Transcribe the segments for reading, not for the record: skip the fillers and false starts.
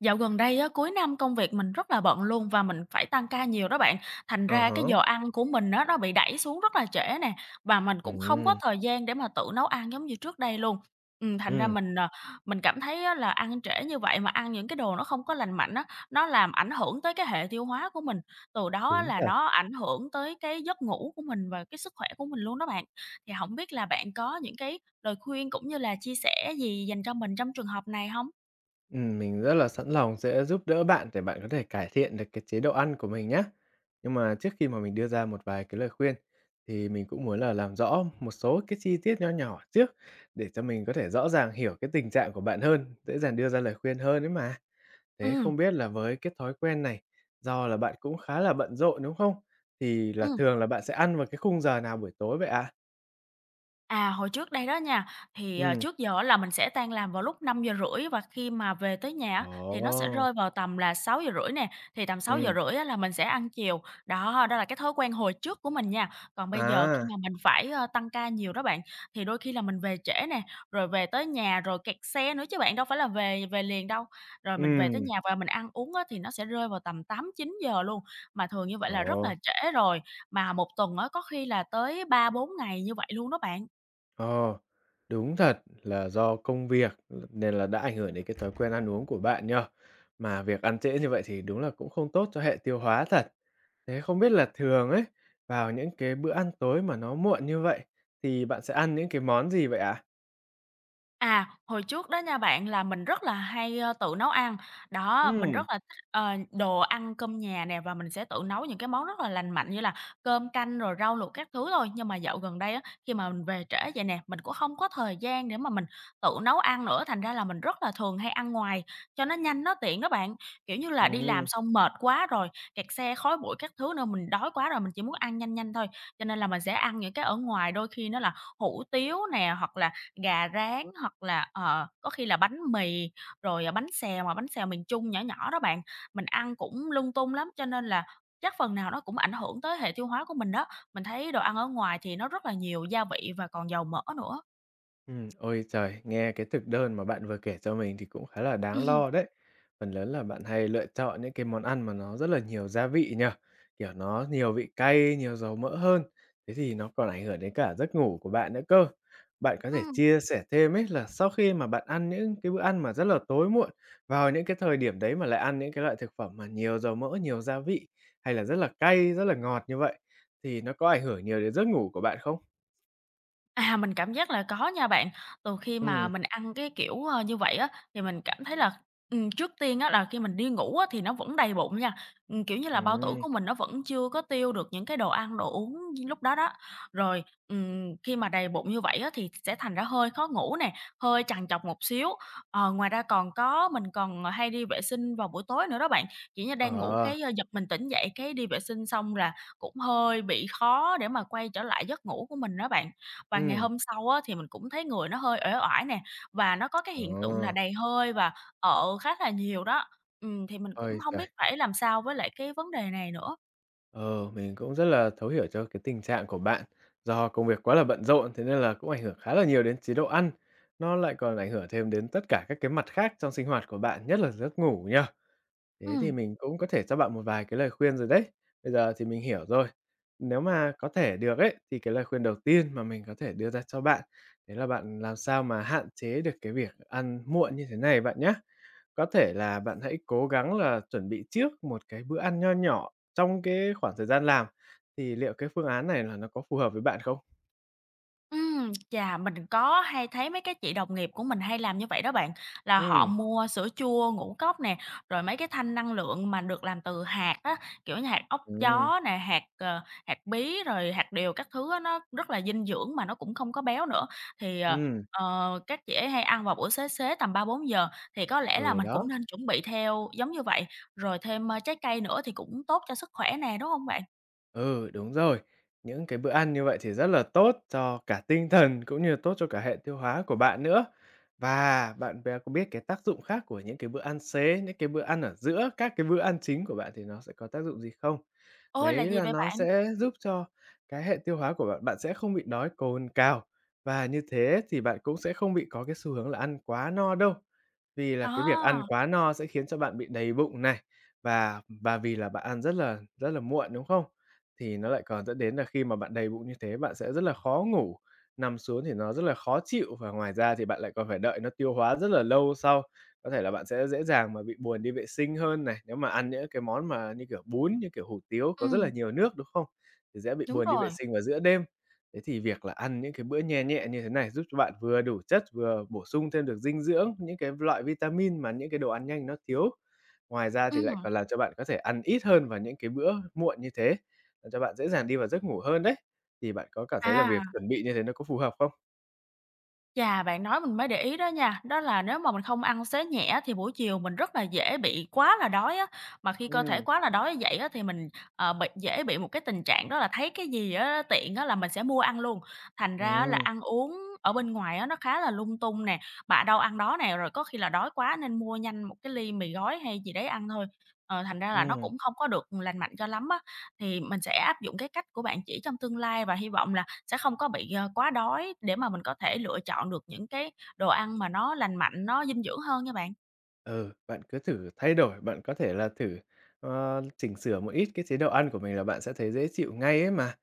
Dạo gần đây á, cuối năm công việc mình rất là bận luôn và mình phải tăng ca nhiều đó bạn. Thành Ờ ra há. cái giờ ăn của mình á, nó bị đẩy xuống rất là trễ nè, và mình cũng không có Ừm, thời gian để mà tự nấu ăn giống như trước đây luôn. Thành ra ừm. mình, mình cảm thấy á, là ăn trễ như vậy mà ăn những cái đồ nó không có lành mạnh á, nó làm ảnh hưởng tới cái hệ tiêu hóa của mình. Từ đó á, Đúng là thật. nó ảnh hưởng tới cái giấc ngủ của mình và cái sức khỏe của mình luôn đó bạn. Thì không biết là bạn có những cái lời khuyên cũng như là chia sẻ gì dành cho mình trong trường hợp này không? Mình rất là sẵn lòng sẽ giúp đỡ bạn để bạn có thể cải thiện được cái chế độ ăn của mình nhé. Nhưng mà trước khi mà mình đưa ra một vài cái lời khuyên, thì mình cũng muốn là làm rõ một số cái chi tiết nho nhỏ trước để cho mình có thể rõ ràng hiểu cái tình trạng của bạn hơn, dễ dàng đưa ra lời khuyên hơn đấy mà. Thế không Ừm, biết là với cái thói quen này, do là bạn cũng khá là bận rộn, đúng không? Thì là ừm. thường là bạn sẽ ăn vào cái khung giờ nào buổi tối vậy ạ? À, hồi trước đây đó nha, thì, Ừ. trước giờ á là mình sẽ tan làm vào lúc 5:30 và khi mà về tới nhà á, thì nó sẽ Ồ! rơi vào tầm là 6:30 nè, thì tầm Ừ. 6:30 á là mình sẽ ăn chiều. Đó, đó là cái thói quen hồi trước của mình nha. Còn bây giờ khi À! mà mình phải, tăng ca nhiều đó bạn, thì đôi khi là mình về trễ nè, rồi về tới nhà rồi kẹt xe nữa chứ bạn, đâu phải là về về liền đâu. Rồi mình về tới Ừm. nhà và mình ăn uống á thì nó sẽ rơi vào tầm tám chín giờ luôn, mà thường như vậy Ồ. là rất là trễ rồi, mà một tuần á có khi là tới ba bốn ngày như vậy luôn đó bạn. Ờ. Đúng thật là do công việc nên là đã ảnh hưởng đến cái thói quen ăn uống của bạn nhỉ? Mà việc ăn trễ như vậy thì đúng là cũng không tốt cho hệ tiêu hóa thật. Thế không biết là thường ấy, vào những cái bữa ăn tối mà nó muộn như vậy thì bạn sẽ ăn những cái món gì vậy ạ? À, hồi trước đó nha bạn là mình rất là hay, tự nấu ăn. Đó, mình Ừm, rất là thích, đồ ăn cơm nhà nè và mình sẽ tự nấu những cái món rất là lành mạnh như là cơm canh rồi rau luộc các thứ thôi. Nhưng mà dạo gần đây á, khi mà mình về trễ vậy nè, mình cũng không có thời gian để mà mình tự nấu ăn nữa, thành ra là mình rất là thường hay ăn ngoài cho nó nhanh, nó tiện đó bạn. Kiểu như là, đi làm ừm. xong mệt quá rồi, kẹt xe, khói bụi các thứ nữa, mình đói quá rồi, mình chỉ muốn ăn nhanh nhanh thôi, cho nên là mình sẽ ăn những cái ở ngoài, đôi khi nó là hủ tiếu nè, hoặc là gà rán hoặc là, có khi là bánh mì, rồi, bánh xèo, mà bánh xèo miền Trung nhỏ nhỏ đó bạn, mình ăn cũng lung tung lắm, cho nên là chắc phần nào nó cũng ảnh hưởng tới hệ tiêu hóa của mình đó. Mình thấy đồ ăn ở ngoài thì nó rất là nhiều gia vị và còn dầu mỡ nữa. Ôi trời, nghe cái thực đơn mà bạn vừa kể cho mình thì cũng khá là đáng Ừm, lo đấy. Phần lớn là bạn hay lựa chọn những cái món ăn mà nó rất là nhiều gia vị nhỉ? Kiểu nó nhiều vị cay, nhiều dầu mỡ hơn. Thế thì nó còn ảnh hưởng đến cả giấc ngủ của bạn nữa cơ. Bạn có thể chia sẻ thêm ấy là sau khi mà bạn ăn những cái bữa ăn mà rất là tối muộn, vào những cái thời điểm đấy mà lại ăn những cái loại thực phẩm mà nhiều dầu mỡ, nhiều gia vị hay là rất là cay, rất là ngọt như vậy thì nó có ảnh hưởng nhiều đến giấc ngủ của bạn không? à, mình cảm giác là có nha bạn. Từ khi mà Ừ, mình ăn cái kiểu, như vậy á, thì mình cảm thấy là, trước tiên á là khi mình đi ngủ á thì nó vẫn đầy bụng nha. Kiểu như là, bao tử ừm, của mình nó vẫn chưa có tiêu được những cái đồ ăn, đồ uống lúc đó đó. Rồi, khi mà đầy bụng như vậy á thì sẽ thành ra hơi khó ngủ nè, hơi trằn trọc một xíu. Ờ, ngoài ra còn có mình còn, hay đi vệ sinh vào buổi tối nữa đó bạn. Kiểu như, đang ngủ ờ. cái, giật mình tỉnh dậy cái đi vệ sinh xong là cũng hơi bị khó để mà quay trở lại giấc ngủ của mình đó bạn. Và ngày Ừm. hôm sau á, thì mình cũng thấy người nó hơi uể oải nè, và nó có cái Ờ. hiện tượng là đầy hơi và ợ khá là nhiều đó. Thì mình cũng Ôi hông giời! biết phải làm sao với lại cái vấn đề này nữa. Ờ, mình cũng rất là thấu hiểu cho cái tình trạng của bạn. Do công việc quá là bận rộn, thế nên là cũng ảnh hưởng khá là nhiều đến chế độ ăn, nó lại còn ảnh hưởng thêm đến tất cả các cái mặt khác trong sinh hoạt của bạn, nhất là giấc ngủ nhá. Thế thì Ừm. mình cũng có thể cho bạn một vài cái lời khuyên rồi đấy. Bây giờ thì mình hiểu rồi. Nếu mà có thể được ấy, thì cái lời khuyên đầu tiên mà mình có thể đưa ra cho bạn, đấy là bạn làm sao mà hạn chế được cái việc ăn muộn như thế này bạn nhá. Có thể là bạn hãy cố gắng là chuẩn bị trước một cái bữa ăn nho nhỏ trong cái khoảng thời gian làm, thì liệu cái phương án này là nó có phù hợp với bạn không? Chà, mình có hay thấy mấy cái chị đồng nghiệp của mình hay làm như vậy đó bạn, là họ Ừm. mua sữa chua ngũ cốc nè, rồi mấy cái thanh năng lượng mà được làm từ hạt á, kiểu như hạt óc Ừm. chó nè, hạt, hạt bí, rồi hạt điều các thứ á, nó rất là dinh dưỡng mà nó cũng không có béo nữa. Thì, ờ, Ừm, các chị ấy hay ăn vào buổi xế xế tầm ba bốn giờ thì có lẽ là ừ, mình đó. cũng nên chuẩn bị theo giống như vậy, rồi thêm, trái cây nữa thì cũng tốt cho sức khỏe nè, đúng không bạn? Ừ, đúng rồi. Những cái bữa ăn như vậy thì rất là tốt cho cả tinh thần cũng như là tốt cho cả hệ tiêu hóa của bạn nữa. Và bạn bè có biết cái tác dụng khác của những cái bữa ăn xế, những cái bữa ăn ở giữa các cái bữa ăn chính của bạn thì nó sẽ có tác dụng gì không? Ôi, là Đấy gì là vậy nó bạn? sẽ giúp cho cái hệ tiêu hóa của bạn, bạn sẽ không bị đói cồn cào và như thế thì bạn cũng sẽ không bị có cái xu hướng là ăn quá no đâu. Vì là cái việc ăn À, quá no sẽ khiến cho bạn bị đầy bụng này và vì là bạn ăn rất là muộn, đúng không? Thì nó lại còn dẫn đến là khi mà bạn đầy bụng như thế, bạn sẽ rất là khó ngủ, nằm xuống thì nó rất là khó chịu và ngoài ra thì bạn lại còn phải đợi nó tiêu hóa rất là lâu sau. Có thể là bạn sẽ dễ dàng mà bị buồn đi vệ sinh hơn này, nếu mà ăn những cái món mà như kiểu bún, như kiểu hủ tiếu có rất là ừm, nhiều nước, đúng không? Thì dễ bị đúng buồn đi vệ rồi, sinh vào giữa đêm. Thế thì việc là ăn những cái bữa nhẹ nhẹ như thế này giúp cho bạn vừa đủ chất, vừa bổ sung thêm được dinh dưỡng, những cái loại vitamin mà những cái đồ ăn nhanh nó thiếu. Ngoài ra thì lại ừm. còn làm cho bạn có thể ăn ít hơn vào những cái bữa muộn như thế cho bạn dễ dàng đi vào giấc ngủ hơn đấy. Thì bạn có cảm thấy là việc À, chuẩn bị như thế nó có phù hợp không? chà, bạn nói mình mới để ý đó nha, đó là nếu mà mình không ăn xế nhẹ á thì buổi chiều mình rất là dễ bị quá là đói á, mà khi cơ thể Ừm, quá là đói như vậy á thì mình, bị dễ bị một cái tình trạng đó là thấy cái gì á tiện á là mình sẽ mua ăn luôn. Thành ra á là ừm, ăn uống ở bên ngoài á nó khá là lung tung nè, bạ đâu ăn đó nè, rồi có khi là đói quá nên mua nhanh một cái ly mì gói hay gì đấy ăn thôi. Ờ, thành ra là nó ừm. cũng không có được lành mạnh cho lắm á. Thì mình sẽ áp dụng cái cách của bạn chỉ trong tương lai và hy vọng là sẽ không có bị, quá đói để mà mình có thể lựa chọn được những cái đồ ăn mà nó lành mạnh, nó dinh dưỡng hơn nha bạn. Ừ, bạn cứ thử thay đổi, bạn có thể là thử, chỉnh sửa một ít cái chế độ ăn của mình là bạn sẽ thấy dễ chịu ngay ấy mà.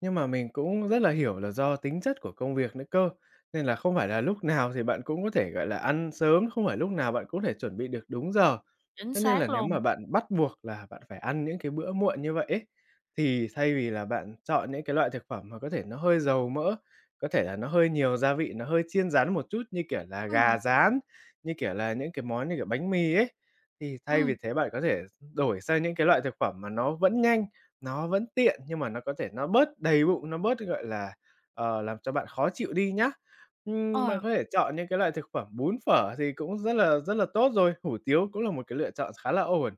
Nhưng mà mình cũng rất là hiểu là do tính chất của công việc nữa cơ, nên là không phải là lúc nào thì bạn cũng có thể, gọi là, ăn sớm, không phải lúc nào bạn cũng có thể chuẩn bị được đúng giờ. Chính Thế nên là xác nếu luôn. mà bạn bắt buộc là bạn phải ăn những cái bữa muộn như vậy ấy, thì thay vì là bạn chọn những cái loại thực phẩm mà có thể nó hơi dầu mỡ, có thể là nó hơi nhiều gia vị, nó hơi chiên rán một chút như kiểu là Ừ, gà rán như kiểu là những cái món như kiểu bánh mì ấy, thì thay vì ừ, thế bạn có thể đổi sang những cái loại thực phẩm mà nó vẫn nhanh, nó vẫn tiện nhưng mà nó có thể nó bớt đầy bụng, nó bớt, gọi là, làm cho bạn khó chịu đi nhá. Ờ, Bạn có thể chọn những cái loại thực phẩm bún phở thì cũng rất là tốt rồi, hủ tiếu cũng là một cái lựa chọn khá là ổn.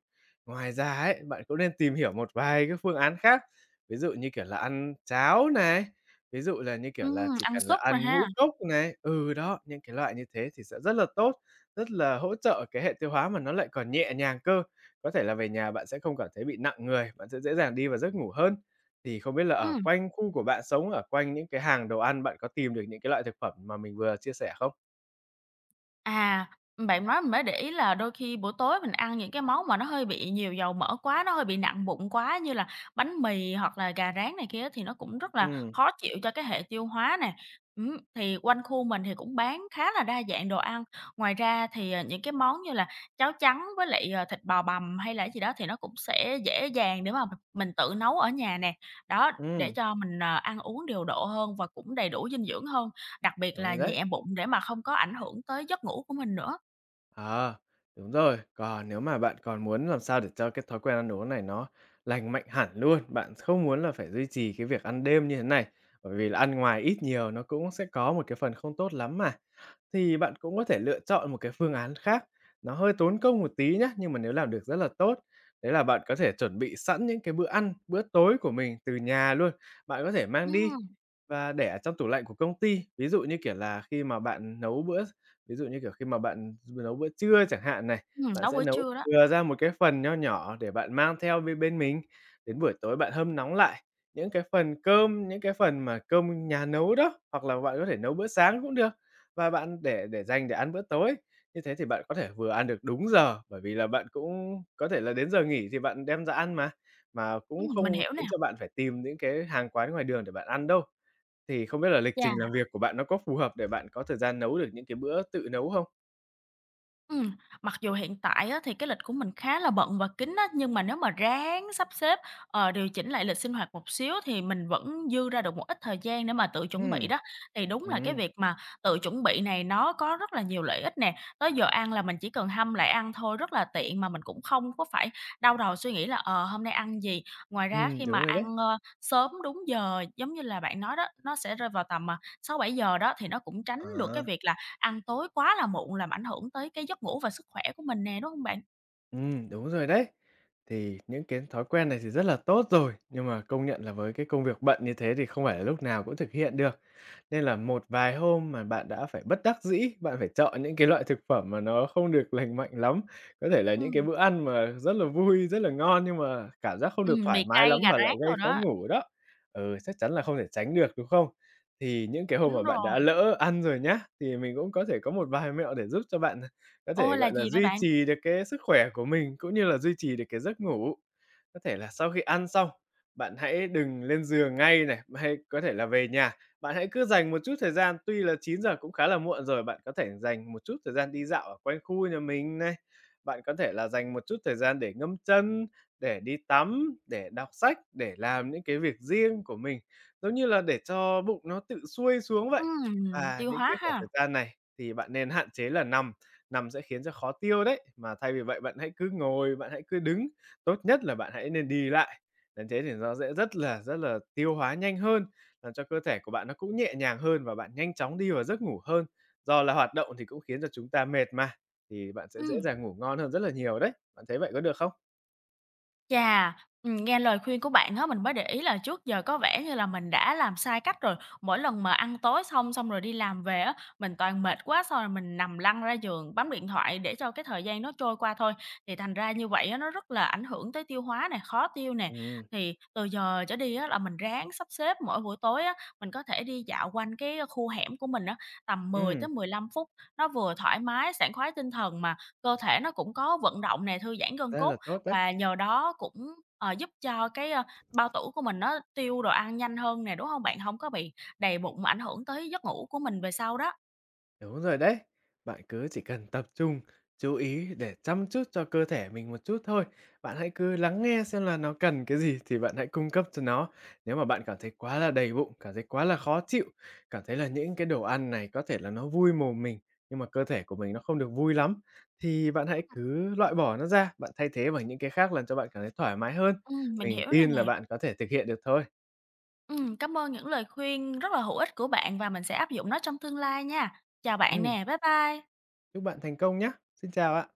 Ngoài ra ấy, bạn cũng nên tìm hiểu một vài cái phương án khác, ví dụ như kiểu là ăn cháo này, ví dụ là, như kiểu là, chỉ ăn cần là súp nè ăn ngũ ha. cốc này, ừ, đó, những cái loại như thế thì sẽ rất là tốt. Rất là hỗ trợ cái hệ tiêu hóa mà nó lại còn nhẹ nhàng cơ. Có thể là về nhà bạn sẽ không cảm thấy bị nặng người, bạn sẽ dễ dàng đi vào giấc ngủ hơn. Thì không biết là Ừ. ở quanh khu của bạn sống, ở quanh những cái hàng đồ ăn bạn có tìm được những cái loại thực phẩm mà mình vừa chia sẻ không? À, bạn nói mình mới để ý là đôi khi buổi tối mình ăn những cái món mà nó hơi bị nhiều dầu mỡ quá, nó hơi bị nặng bụng quá như là bánh mì hoặc là gà rán này kia thì nó cũng rất là Ừm, khó chịu cho cái hệ tiêu hóa nè. Thì quanh khu mình thì cũng bán khá là đa dạng đồ ăn. Ngoài ra thì, những cái món như là cháo trắng với lại, thịt bò bằm hay là gì đó thì nó cũng sẽ dễ dàng để mà mình tự nấu ở nhà nè. Đó, để ừm, cho mình, ăn uống điều độ hơn và cũng đầy đủ dinh dưỡng hơn. Đặc biệt đúng là rồi đấy. nhẹ bụng để mà không có ảnh hưởng tới giấc ngủ của mình nữa. Ờ, đúng rồi. Còn nếu mà bạn còn muốn làm sao để cho cái thói quen ăn uống này nó lành mạnh hẳn luôn, bạn không muốn là phải duy trì cái việc ăn đêm như thế này, bởi vì là ăn ngoài ít nhiều nó cũng sẽ có một cái phần không tốt lắm mà. Thì bạn cũng có thể lựa chọn một cái phương án khác, nó hơi tốn công một tí nhé nhưng mà nếu làm được rất là tốt. Đấy là bạn có thể chuẩn bị sẵn những cái bữa ăn, bữa tối của mình từ nhà luôn, bạn có thể mang đi Ừm, và để ở trong tủ lạnh của công ty. Ví dụ như, kiểu là, khi mà bạn nấu bữa ví dụ như, kiểu, khi mà bạn nấu bữa trưa chẳng hạn này, bạn nấu sẽ buổi nấu trưa đó. chừa ra một cái phần nho nhỏ để bạn mang theo bên bên mình, đến buổi tối bạn hâm nóng lại những cái phần cơm, những cái phần mà cơm nhà nấu đó, hoặc là bạn có thể nấu bữa sáng cũng được. Và bạn để dành để ăn bữa tối, như thế thì bạn có thể vừa ăn được đúng giờ, bởi vì là bạn cũng có thể là đến giờ nghỉ thì bạn đem ra ăn mà Ừm, cũng mình không hiểu nè. khiến cho bạn phải tìm những cái hàng quán ngoài đường để bạn ăn đâu. Thì không biết là lịch Dạ. trình làm việc của bạn nó có phù hợp để bạn có thời gian nấu được những cái bữa tự nấu không? Ừm, mặc dù hiện tại á, thì cái lịch của mình khá là bận và kín á, nhưng mà nếu mà ráng sắp xếp, điều chỉnh lại lịch sinh hoạt một xíu thì mình vẫn dư ra được một ít thời gian để mà tự chuẩn bị Ừm. đó. Thì đúng là cái Ừm, việc mà tự chuẩn bị này nó có rất là nhiều lợi ích nè, tới giờ ăn là mình chỉ cần hâm lại ăn thôi, rất là tiện mà mình cũng không có phải đau đầu suy nghĩ là, hôm nay ăn gì. Ngoài ra khi mà đúng rồi đấy. ăn, sớm đúng giờ giống như là bạn nói đó, nó sẽ rơi vào tầm, sáu bảy giờ đó, thì nó cũng tránh được À. cái việc là ăn tối quá là muộn làm ảnh hưởng tới cái giấc ngủ và sức khỏe của mình nè, đúng hông bạn? Đúng rồi đấy. Thì những cái thói quen này thì rất là tốt rồi, nhưng mà công nhận là với cái công việc bận như thế thì không phải là lúc nào cũng thực hiện được. Nên là một vài hôm mà bạn đã phải bất đắc dĩ, bạn phải chọn những cái loại thực phẩm mà nó không được lành mạnh lắm. Có thể là những cái Ừm, bữa ăn mà rất là vui, rất là ngon nhưng mà cảm giác không được thoải mì mái cay, lắm gà mà lại rán gây đồ khó đó, ngủ đó. Ừ, chắc chắn là không thể tránh được, đúng không? Thì những cái hôm mà đúng bạn rồi. đã lỡ ăn rồi nhá, thì mình cũng có thể có một vài mẹo để giúp cho bạn có thể, Ôi, là gọi gì là, vậy duy bạn? trì được cái sức khỏe của mình cũng như là duy trì được cái giấc ngủ. Có thể là sau khi ăn xong, bạn hãy đừng lên giường ngay này, hay có thể là về nhà, bạn hãy cứ dành một chút thời gian, tuy là chín giờ cũng khá là muộn rồi, bạn có thể dành một chút thời gian đi dạo ở quanh khu nhà mình này, bạn có thể là dành một chút thời gian để ngâm chân, để đi tắm, để đọc sách, để làm những cái việc riêng của mình, giống như là để cho bụng nó tự xuôi xuống vậy. Ừm, Và tiêu những cái hóa khoảng ha. thời gian này thì bạn nên hạn chế là nằm. Nằm sẽ khiến cho khó tiêu đấy. Mà thay vì vậy, bạn hãy cứ ngồi, bạn hãy cứ đứng, tốt nhất là bạn hãy nên đi lại. Đến thế thì nó sẽ rất là tiêu hóa nhanh hơn, làm cho cơ thể của bạn nó cũng nhẹ nhàng hơn và bạn nhanh chóng đi vào giấc ngủ hơn. Do là hoạt động thì cũng khiến cho chúng ta mệt mà, thì bạn sẽ dễ Ừm. dàng ngủ ngon hơn rất là nhiều đấy. Bạn thấy vậy có được không? Chà, nghe lời khuyên của bạn á, mình mới để ý là trước giờ có vẻ như là mình đã làm sai cách rồi. Mỗi lần mà ăn tối xong, xong rồi đi làm về á, mình toàn mệt quá, xong rồi mình nằm lăn ra giường bấm điện thoại để cho cái thời gian nó trôi qua thôi. Thì thành ra như vậy á, nó rất là ảnh hưởng tới tiêu hóa nè, khó tiêu nè. Ừm. Thì từ giờ trở đi á, là mình ráng sắp xếp mỗi buổi tối á, mình có thể đi dạo quanh cái khu hẻm của mình á, tầm mười Ừm, tới mười lăm phút. Nó vừa thoải mái, sảng khoái tinh thần mà cơ thể nó cũng có vận động nè, thư giãn gân rất là cốt. tốt đấy. Và nhờ đó cũng, giúp cho cái, bao tử của mình nó tiêu đồ ăn nhanh hơn nè, đúng hông bạn? Hông có bị đầy bụng mà ảnh hưởng tới giấc ngủ của mình về sau đó. Đúng rồi đấy. Bạn cứ chỉ cần tập trung, chú ý để chăm chút cho cơ thể mình một chút thôi. Bạn hãy cứ lắng nghe xem là nó cần cái gì thì bạn hãy cung cấp cho nó. Nếu mà bạn cảm thấy quá là đầy bụng, cảm thấy quá là khó chịu, cảm thấy là những cái đồ ăn này có thể là nó vui mồm mình, nhưng mà cơ thể của mình nó không được vui lắm, thì bạn hãy cứ loại bỏ nó ra, bạn thay thế bằng những cái khác làm cho bạn cảm thấy thoải mái hơn. Mình Mình hiểu rồi tin là nè. bạn có thể thực hiện được thôi. Cảm ơn những lời khuyên rất là hữu ích của bạn và mình sẽ áp dụng nó trong tương lai nha. Chào bạn Ừm, nè, bye bye. chúc bạn thành công nhé Xin chào ạ.